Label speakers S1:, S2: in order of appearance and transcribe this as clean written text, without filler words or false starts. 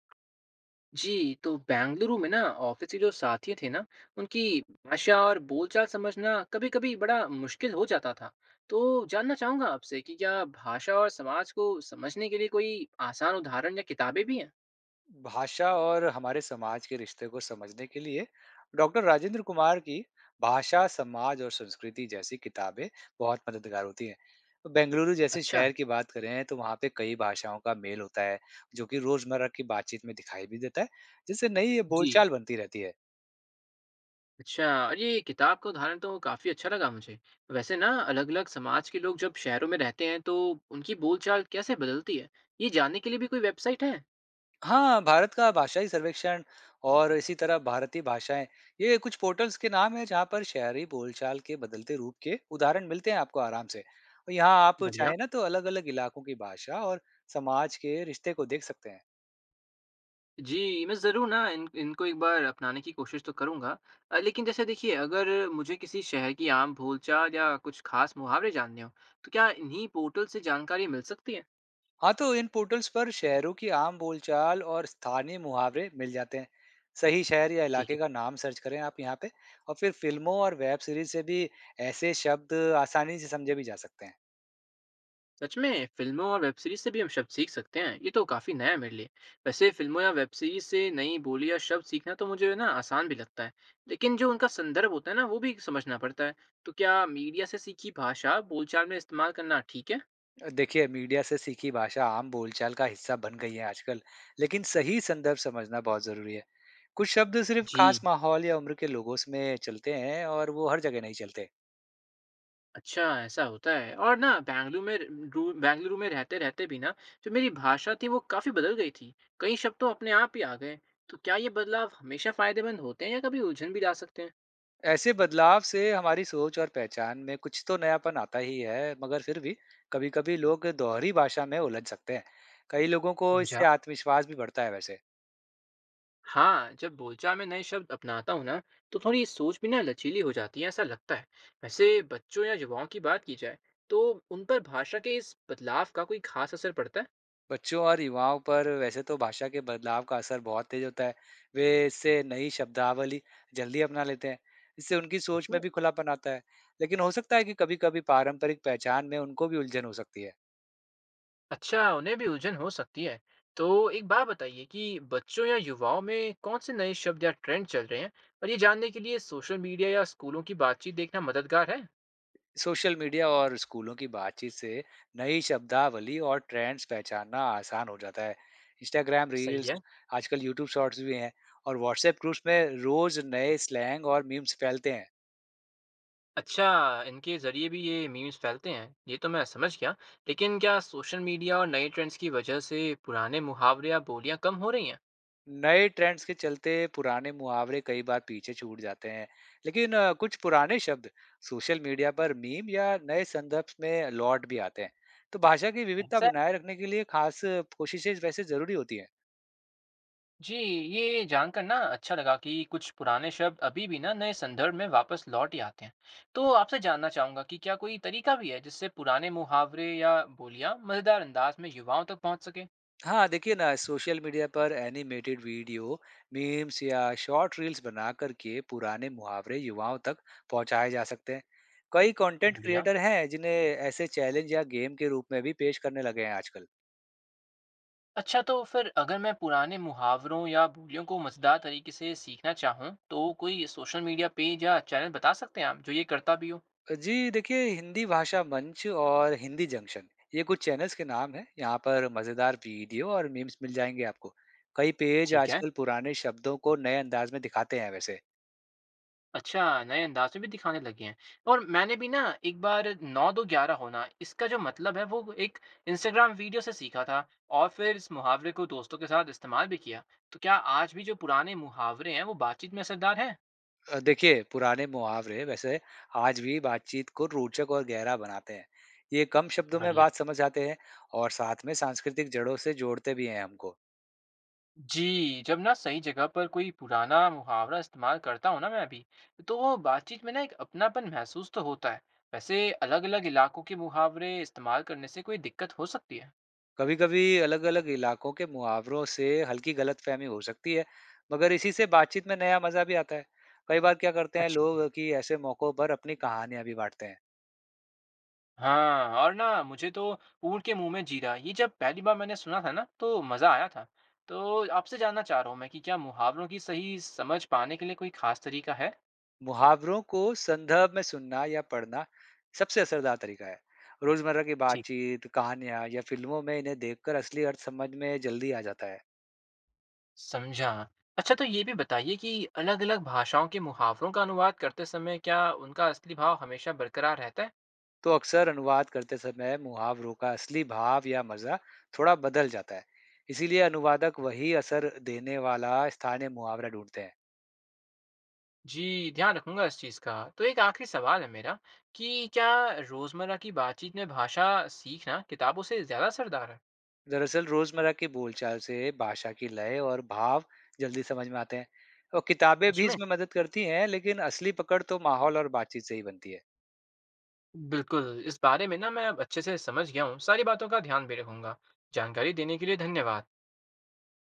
S1: जी, तो बेंगलुरु में ना ऑफिस के जो साथी थे ना, उनकी भाषा और बोलचाल समझना कभी-कभी बड़ा मुश्किल हो जाता था। तो जानना चाहूँगा आपसे कि क्या भाषा और समाज को समझने के लिए कोई आसान उदाहरण या किताबें भी हैं?
S2: भाषा और हमारे समाज के रिश्ते को समझने के लिए डॉक्टर राजेंद्र कुमार की भाषा समाज और संस्कृति जैसी किताबें बहुत मददगार होती हैं। बेंगलुरु जैसे
S1: अच्छा,
S2: शहर की बात करें तो वहाँ पे कई भाषाओं का मेल होता है, जो कि रोजमर्रा की बातचीत में दिखाई भी देता है, जिससे नई
S1: जी।
S2: बोलचाल बनती रहती है।
S1: अच्छा और ये किताब का उदाहरण तो काफ़ी अच्छा लगा मुझे। वैसे ना अलग-अलग समाज के लोग जब शहरों में रहते हैं तो उनकी बोलचाल कैसे बदलती है? ये जानने के लिए भी कोई वेबसाइट है?
S2: हाँ, भारत का भाषाई सर्वेक्षण और इसी तरह भारतीय भाषाएं, ये कुछ पोर्टल्स के नाम हैं जहाँ पर शहरी बोलचाल के बदलते रूप के उदाहरण मिलते हैं आपको आराम से। और यहाँ आप
S1: बढ़िया।
S2: चाहें ना तो अलग-अलग इलाकों की भाषा और समाज के रिश्ते को देख सकते हैं।
S1: जी, मैं ज़रूर ना इन इनको एक बार अपनाने की कोशिश तो करूँगा। लेकिन जैसे देखिए अगर मुझे किसी शहर की आम बोलचाल या कुछ ख़ास मुहावरे जानने हों, तो क्या इन्हीं पोर्टल से जानकारी मिल सकती है?
S2: हाँ, तो इन पोर्टल्स पर शहरों की आम बोलचाल और स्थानीय मुहावरे मिल जाते हैं। सही शहर या
S1: ठीक
S2: इलाके का
S1: है।
S2: नाम सर्च करें आप यहाँ पे। और फिर फिल्मों और वेब सीरीज से भी ऐसे शब्द आसानी से समझे भी जा सकते हैं।
S1: सच में फ़िल्मों और वेब सीरीज़ से भी हम शब्द सीख सकते हैं, ये तो काफ़ी नया है मेरे लिए। वैसे फ़िल्मों या वेब सीरीज़ से नई बोली या शब्द सीखना तो मुझे ना आसान भी लगता है, लेकिन जो उनका संदर्भ होता है ना वो भी समझना पड़ता है। तो क्या मीडिया से सीखी भाषा बोलचाल में इस्तेमाल करना ठीक है?
S2: देखिए, मीडिया से सीखी भाषा आम बोलचाल का हिस्सा बन गई है आजकल, लेकिन सही संदर्भ समझना बहुत जरूरी है। कुछ शब्द सिर्फ
S1: जी।
S2: खास माहौल या उम्र के लोगों में चलते हैं और वो हर जगह नहीं चलते।
S1: अच्छा, ऐसा होता है और ना बेंगलुरु में रू बेंगलुरु में रहते-रहते भी ना जो मेरी भाषा थी वो काफ़ी बदल गई थी। कई शब्द तो अपने आप ही आ गए। तो क्या ये बदलाव हमेशा फ़ायदेमंद होते हैं या कभी उलझन भी ला सकते हैं?
S2: ऐसे बदलाव से हमारी सोच और पहचान में कुछ तो नयापन आता ही है, मगर फिर भी कभी-कभी लोग दोहरी भाषा में उलझ सकते हैं। कई लोगों को
S1: समझा।
S2: इससे आत्मविश्वास भी बढ़ता है वैसे।
S1: हाँ, जब बोलचाल में नए शब्द अपनाता हूँ ना तो थोड़ी सोच भी ना लचीली हो जाती है ऐसा लगता है। वैसे बच्चों या युवाओं की बात की जाए तो उन पर भाषा के इस बदलाव का कोई खास असर पड़ता है?
S2: बच्चों और युवाओं पर वैसे तो भाषा के बदलाव का असर बहुत तेज होता है। वे इससे नई शब्दावली जल्दी अपना लेते हैं। इससे उनकी
S1: सच
S2: सोच
S1: में।
S2: में भी खुलापन आता है। लेकिन हो सकता है कि कभी-कभी पारंपरिक पहचान में उनको भी उलझन हो सकती है।
S1: अच्छा, उन्हें भी उलझन हो सकती है। तो एक बात बताइए कि बच्चों या युवाओं में कौन से नए शब्द या ट्रेंड चल रहे हैं? और ये जानने के लिए सोशल मीडिया या स्कूलों की बातचीत देखना मददगार है?
S2: सोशल मीडिया और स्कूलों की बातचीत से नई शब्दावली और ट्रेंड्स पहचानना आसान हो जाता है। इंस्टाग्राम
S1: सही
S2: रील्स,
S1: है।
S2: आजकल यूट्यूब शॉर्ट्स भी हैं, और व्हाट्सएप ग्रुप्स में रोज नए स्लैंग और मीम्स फैलते हैं।
S1: अच्छा, इनके ज़रिए भी ये मीम्स फैलते हैं। ये तो मैं समझ गया। लेकिन क्या सोशल मीडिया और नए ट्रेंड्स की वजह से पुराने मुहावरे या बोलियाँ कम हो रही हैं?
S2: नए ट्रेंड्स के चलते पुराने मुहावरे कई बार पीछे छूट जाते हैं, लेकिन कुछ पुराने शब्द सोशल मीडिया पर मीम या नए संदर्भ में लौट भी आते हैं। तो भाषा की विविधता
S1: ऐसा है?
S2: बनाए रखने के लिए खास कोशिशें वैसे जरूरी होती हैं।
S1: जी, ये जानकर ना अच्छा लगा कि कुछ पुराने शब्द अभी भी ना नए संदर्भ में वापस लौट ही आते हैं। तो आपसे जानना चाहूँगा कि क्या कोई तरीका भी है जिससे पुराने मुहावरे या बोलियाँ मज़ेदार अंदाज में युवाओं तक पहुँच सके?
S2: हाँ, देखिए ना, सोशल मीडिया पर एनिमेटेड वीडियो, मीम्स या शॉर्ट रील्स बना करके पुराने मुहावरे युवाओं तक पहुंचाए जा सकते हैं। कई कंटेंट
S1: बढ़िया।
S2: क्रिएटर हैं जिन्हें ऐसे चैलेंज या गेम के रूप में भी पेश करने लगे हैं आजकल।
S1: अच्छा तो फिर अगर मैं पुराने मुहावरों या बोलियों को मज़ेदार तरीके से सीखना चाहूँ, तो कोई सोशल मीडिया पेज या चैनल बता सकते हैं आप जो ये करता भी हो?
S2: जी, देखिए हिंदी भाषा मंच और हिंदी जंक्शन, ये कुछ चैनल्स के नाम हैं। यहाँ पर मज़ेदार वीडियो और मीम्स मिल जाएँगे आपको। कई पेज
S1: ठीक है।
S2: आजकल पुराने शब्दों को नए अंदाज में दिखाते हैं वैसे।
S1: अच्छा, नए अंदाज़ में भी दिखाने लगे हैं। और मैंने भी ना एक बार 9-2-11 होना इसका जो मतलब है वो एक इंस्टाग्राम वीडियो से सीखा था और फिर इस मुहावरे को दोस्तों के साथ इस्तेमाल भी किया। तो क्या आज भी जो पुराने मुहावरे हैं वो बातचीत में असरदार हैं?
S2: देखिए, पुराने मुहावरे वैसे आज भी बातचीत को रोचक और गहरा बनाते हैं। ये कम शब्दों में
S1: बढ़िया।
S2: बात समझ आते हैं और साथ में सांस्कृतिक जड़ों से जोड़ते भी हैं हमको।
S1: जी, जब ना सही जगह पर कोई पुराना मुहावरा इस्तेमाल करता हूँ ना मैं अभी, तो वो बातचीत में ना एक अपनापन महसूस तो होता है। वैसे अलग-अलग इलाकों के मुहावरे इस्तेमाल करने से कोई दिक्कत हो सकती है?
S2: कभी-कभी अलग-अलग इलाकों के मुहावरों से हल्की गलतफहमी हो सकती है, मगर इसी से बातचीत में नया मजा भी आता है। कई बार क्या करते हैं
S1: अच्छा।
S2: लोग कि ऐसे मौकों पर अपनी कहानियां भी बांटते हैं।
S1: हाँ और ना मुझे तो ऊँट के मुँह में जीरा ये जब पहली बार मैंने सुना था ना तो मज़ा आया था। तो आपसे जानना चाह रहा हूँ मैं कि क्या मुहावरों की सही समझ पाने के लिए कोई ख़ास तरीका है?
S2: मुहावरों को संदर्भ में सुनना या पढ़ना सबसे असरदार तरीका है। रोजमर्रा की
S1: ठीक।
S2: बातचीत, कहानियां या फिल्मों में इन्हें देखकर असली अर्थ समझ में जल्दी आ जाता है।
S1: समझा। अच्छा तो ये भी बताइए कि अलग-अलग भाषाओं के मुहावरों का अनुवाद करते समय क्या उनका असली भाव हमेशा बरकरार रहता है?
S2: तो अक्सर अनुवाद करते समय मुहावरों का असली भाव या मजा थोड़ा बदल जाता है। इसीलिए अनुवादक वही असर देने वाला स्थानीय मुहावरा ढूंढते हैं।
S1: जी, ध्यान रखूँगा इस चीज़ का। तो एक आख़िरी सवाल है मेरा कि क्या रोज़मर्रा की बातचीत में भाषा सीखना किताबों से ज़्यादा असरदार है?
S2: दरअसल रोजमर्रा की बोलचाल से भाषा की लय और भाव जल्दी समझ में आते हैं, और किताबें
S1: सच
S2: भी
S1: में?
S2: इसमें मदद करती हैं, लेकिन असली पकड़ तो माहौल और बातचीत से ही बनती है।
S1: बिल्कुल, इस बारे में ना मैं अब अच्छे से समझ गया हूँ, सारी बातों का ध्यान भी रखूँगा। जानकारी देने के लिए धन्यवाद।